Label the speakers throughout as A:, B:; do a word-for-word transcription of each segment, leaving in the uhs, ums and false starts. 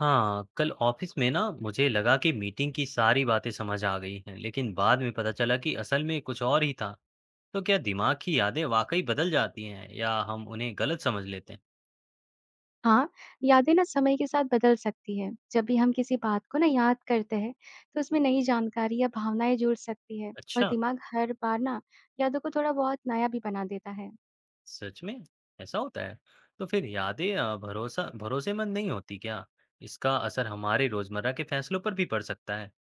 A: हाँ, कल ऑफिस में ना मुझे लगा कि मीटिंग की सारी बातें समझ आ गई हैं, लेकिन बाद में पता चला कि असल में कुछ और ही था। तो क्या दिमाग की यादें वाकई बदल जाती हैं या हम उन्हें गलत समझ लेते हैं?
B: हाँ, यादें ना समय के साथ बदल सकती है। जब भी हम किसी बात को ना याद करते हैं, तो उसमें नई जानकारी या भावनाएं जुड़ सकती है और
A: अच्छा,
B: दिमाग हर बार ना यादों को थोड़ा बहुत नया भी बना देता है।
A: सच में ऐसा होता है? तो फिर यादें अ, भरोसा भरोसेमंद नहीं होती क्या? इसका असर हमारे रोजमर्रा के फैसलों पर भी पड़ सकता है।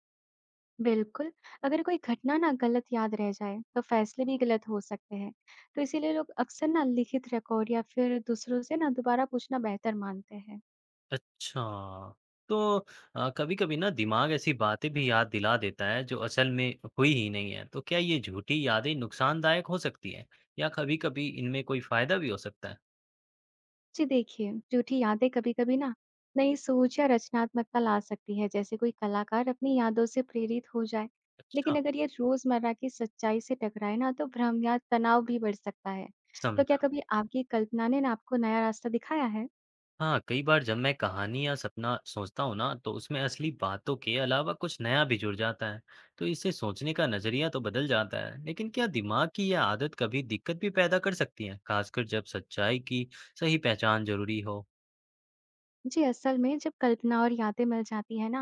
B: बिल्कुल, अगर कोई घटना ना गलत याद रह जाए, तो फैसले भी गलत हो सकते हैं। तो इसीलिए लोग अक्सर ना लिखित रिकॉर्ड या फिर दूसरों से ना दोबारा पूछना बेहतर मानते हैं।
A: अच्छा। तो अ, कभी-कभी ना दिमाग ऐसी बातें भी याद दिला देता है जो असल में हुई ही नहीं है। तो क्या ये झूठी यादें नुकसानदायक हो सकती हैं? या कभी-कभी इनमें कोई फ़ायदा भी हो सकता है?
B: जी देखिए, झूठी यादें कभी-कभी ना नई सोच या रचनात्मकता ला सकती है, जैसे कोई कलाकार अपनी यादों से प्रेरित हो जाए।
A: अच्छा।
B: लेकिन अगर ये रोजमर्रा की सच्चाई से टकराए ना, तो भ्रम या तनाव भी बढ़ सकता है। तो क्या
A: समझा।
B: कभी आपकी कल्पना ने ना आपको नया रास्ता दिखाया है?
A: हाँ, कई बार जब मैं कहानी या सपना सोचता हूँ ना तो उसमें असली बातों के अलावा कुछ नया भी जुड़ जाता है। तो इससे सोचने का नज़रिया तो बदल जाता है। लेकिन क्या दिमाग की यह आदत कभी दिक्कत भी पैदा कर सकती है? खासकर जब सच्चाई की सही पहचान ज़रूरी हो।
B: जी, असल में जब कल्पना और यादें मिल जाती है ना,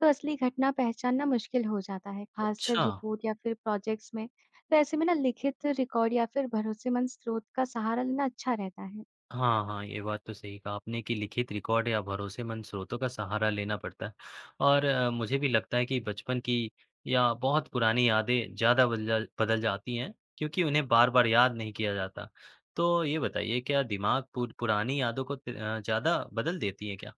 B: तो असली घटना पहचानना मुश्किल हो जाता है, खासकर
A: अच्छा।
B: रिपोर्ट या फिर प्रोजेक्ट्स में। तो ऐसे में ना लिखित रिकॉर्ड या फिर भरोसेमंद स्रोत का सहारा लेना अच्छा रहता है।
A: हाँ, हाँ, ये बात तो सही कहा आपने कि लिखित रिकॉर्ड या भरोसेमंद स्रोतों का सहारा लेना पड़ता है। और अ, मुझे भी लगता है कि बचपन की या बहुत पुरानी यादें ज़्यादा बदल बदल जाती हैं क्योंकि उन्हें बार-बार याद नहीं किया जाता। तो ये बताइए क्या दिमाग पुर पुरानी यादों को त अ, ज़्यादा बदल देती है क्या?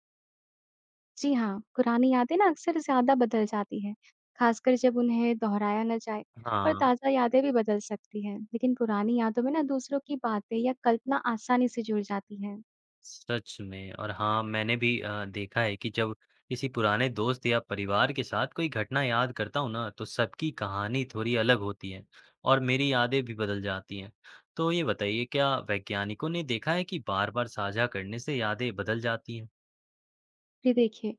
B: जी हाँ, पुरानी यादें ना अक्सर ज़्यादा बदल जाती हैं, खासकर जब उन्हें दोहराया ना जाए, और
A: हाँ।
B: ताज़ा यादें भी बदल सकती हैं। लेकिन पुरानी यादों में ना दूसरों की बातें या कल्पना आसानी से जुड़ जाती हैं।
A: सच में। और हाँ, मैंने भी अ, देखा है कि जब किसी पुराने दोस्त या परिवार के साथ कोई घटना याद करता हूँ ना तो सबकी कहानी थोड़ी अलग होती है और मेरी यादें भी बदल जाती हैं। तो ये बताइए क्या वैज्ञानिकों ने देखा है कि बार बार साझा करने से यादें बदल जाती हैं?
B: फिर देखिए,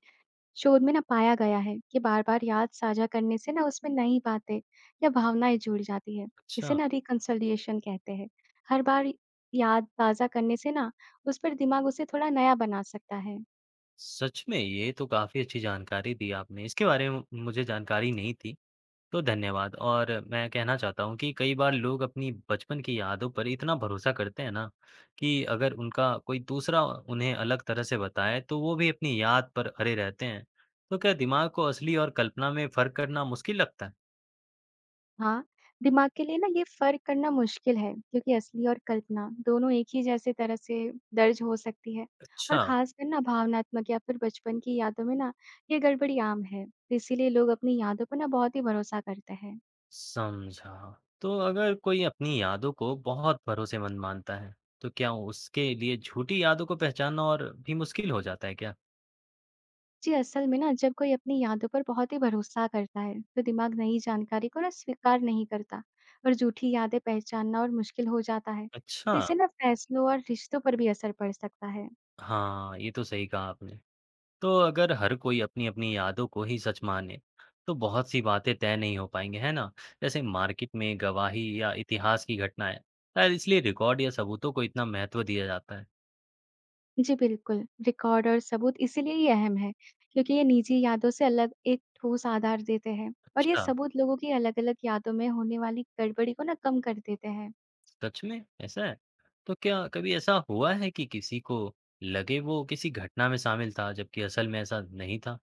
B: शोध में ना पाया गया है कि बार-बार याद साझा करने से ना उसमें नई बातें या भावनाएं जुड़ जाती हैं। इसे
A: अच्छा।
B: ना रिकंसोलिएशन कहते हैं। हर बार याद ताज़ा करने से ना उस पर दिमाग उसे थोड़ा नया बना सकता है।
A: सच में ये तो काफी अच्छी जानकारी दी आपने। इसके बारे में मुझे जानकारी नहीं थी। तो धन्यवाद। और मैं कहना चाहता हूँ कि कई बार लोग अपनी बचपन की यादों पर इतना भरोसा करते हैं ना कि अगर उनका कोई दूसरा उन्हें अलग तरह से बताए तो वो भी अपनी याद पर अड़े रहते हैं। तो क्या दिमाग को असली और कल्पना में फर्क करना मुश्किल लगता है?
B: हाँ, दिमाग के लिए ना ये फर्क करना मुश्किल है, क्योंकि असली और कल्पना दोनों एक ही जैसे तरह से दर्ज हो सकती है। और
A: अच्छा।
B: खासकर ना भावनात्मक या फिर बचपन की यादों में ना ये गड़बड़ी आम है। तो इसीलिए लोग अपनी यादों पर ना बहुत ही भरोसा करते हैं।
A: समझा। तो अगर कोई अपनी यादों को बहुत भरोसेमंद मानता है, तो क्या उसके लिए झूठी यादों को पहचानना और भी मुश्किल हो जाता है क्या?
B: जी, असल में ना जब कोई अपनी यादों पर बहुत ही भरोसा करता है, तो दिमाग नई जानकारी को ना स्वीकार नहीं करता, और झूठी यादें पहचानना और मुश्किल हो जाता है।
A: अच्छा।
B: तो इससे ना फैसलों और रिश्तों पर भी असर पड़ सकता है।
A: हाँ, ये तो सही कहा आपने। तो अगर हर कोई अपनी अपनी यादों को ही सच माने तो बहुत सी बातें तय नहीं हो पाएंगी, है ना? जैसे मार्केट में गवाही या इतिहास की घटनाएं। शायद इसलिए रिकॉर्ड या सबूतों को इतना महत्व दिया जाता है।
B: जी, बिल्कुल। रिकॉर्ड और सबूत इसीलिए ही अहम है, क्योंकि ये निजी यादों से अलग एक ठोस आधार देते हैं, और ये
A: अच्छा।
B: सबूत लोगों की अलग-अलग यादों में होने वाली गड़बड़ी को ना कम कर देते हैं।
A: सच में ऐसा है? तो क्या कभी ऐसा हुआ है कि किसी को लगे वो किसी घटना में शामिल था जबकि असल में ऐसा नहीं था?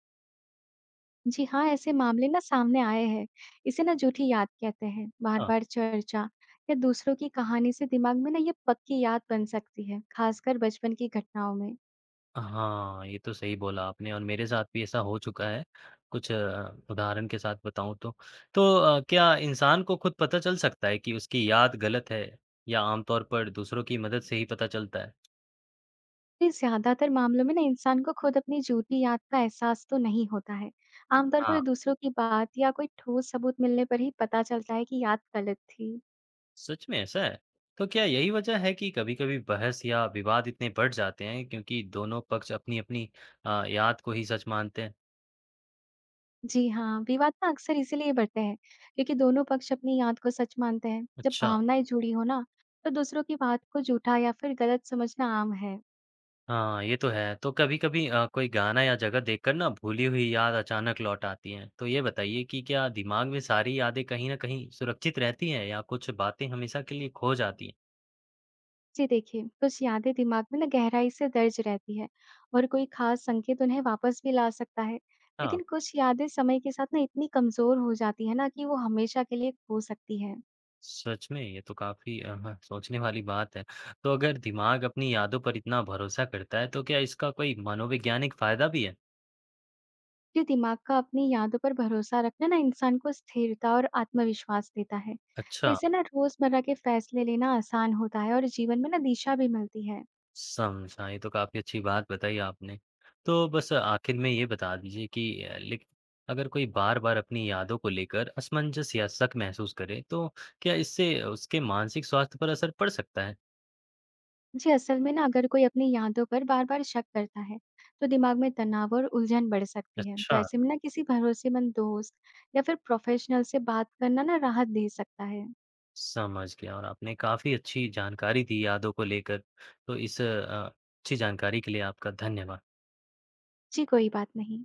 B: जी हाँ, ऐसे मामले ना सामने आए हैं। इसे ना झूठी याद कहते हैं।
A: हाँ।
B: बार-बार चर्चा या दूसरों की कहानी से दिमाग में ना ये पक्की याद बन सकती है, खासकर बचपन की घटनाओं में।
A: हाँ, ये तो सही बोला आपने और मेरे साथ भी ऐसा हो चुका है। कुछ अ, उदाहरण के साथ बताऊँ तो। तो अ, क्या इंसान को खुद पता चल सकता है कि उसकी याद गलत है या आमतौर पर दूसरों की मदद से ही पता चलता है?
B: जी, ज़्यादातर मामलों में ना इंसान को खुद अपनी झूठी याद का एहसास तो नहीं होता है। आमतौर
A: हाँ,
B: पर दूसरों की बात या कोई ठोस सबूत मिलने पर ही पता चलता है कि याद गलत थी।
A: सच में ऐसा है? तो क्या यही वजह है कि कभी-कभी बहस या विवाद इतने बढ़ जाते हैं क्योंकि दोनों पक्ष अपनी-अपनी अ, याद को ही सच मानते हैं?
B: जी हाँ, विवाद ना अक्सर इसीलिए बढ़ते हैं, क्योंकि दोनों पक्ष अपनी याद को सच मानते हैं। जब
A: अच्छा।
B: भावनाएं जुड़ी हो ना, तो दूसरों की बात को झूठा या फिर गलत समझना आम है।
A: हाँ, ये तो है। तो कभी-कभी अ, कोई गाना या जगह देखकर ना भूली हुई याद अचानक लौट आती हैं। तो ये बताइए कि क्या दिमाग में सारी यादें कहीं न कहीं सुरक्षित रहती हैं या कुछ बातें हमेशा के लिए खो जाती हैं?
B: जी देखिए, कुछ यादें दिमाग में ना गहराई से दर्ज रहती है, और कोई खास संकेत उन्हें वापस भी ला सकता है।
A: हाँ,
B: लेकिन कुछ यादें समय के साथ ना इतनी कमजोर हो जाती है ना कि वो हमेशा के लिए खो सकती है।
A: सच में ये तो काफ़ी अ, ह सोचने वाली बात है। तो अगर दिमाग अपनी यादों पर इतना भरोसा करता है तो क्या इसका कोई मनोवैज्ञानिक फ़ायदा भी है?
B: ये दिमाग का अपनी यादों पर भरोसा रखना ना इंसान को स्थिरता और आत्मविश्वास देता है। तो
A: अच्छा।
B: इससे ना रोजमर्रा के फैसले लेना आसान होता है, और जीवन में ना दिशा भी मिलती है।
A: समझा, ये तो काफ़ी अच्छी बात बताई आपने। तो बस आखिर में ये बता दीजिए कि अ, लेक अगर कोई बार-बार अपनी यादों को लेकर असमंजस या शक महसूस करे, तो क्या इससे उसके मानसिक स्वास्थ्य पर असर पड़ सकता है?
B: जी, असल में ना अगर कोई अपनी यादों पर बार-बार शक करता है, तो दिमाग में तनाव और उलझन बढ़ सकती है। तो
A: अच्छा।
B: ऐसे में ना किसी भरोसेमंद दोस्त या फिर प्रोफेशनल से बात करना ना राहत दे सकता है।
A: समझ गया। और आपने काफ़ी अच्छी जानकारी दी यादों को लेकर, तो इस अ, अच्छी जानकारी के लिए आपका धन्यवाद।
B: जी, कोई बात नहीं।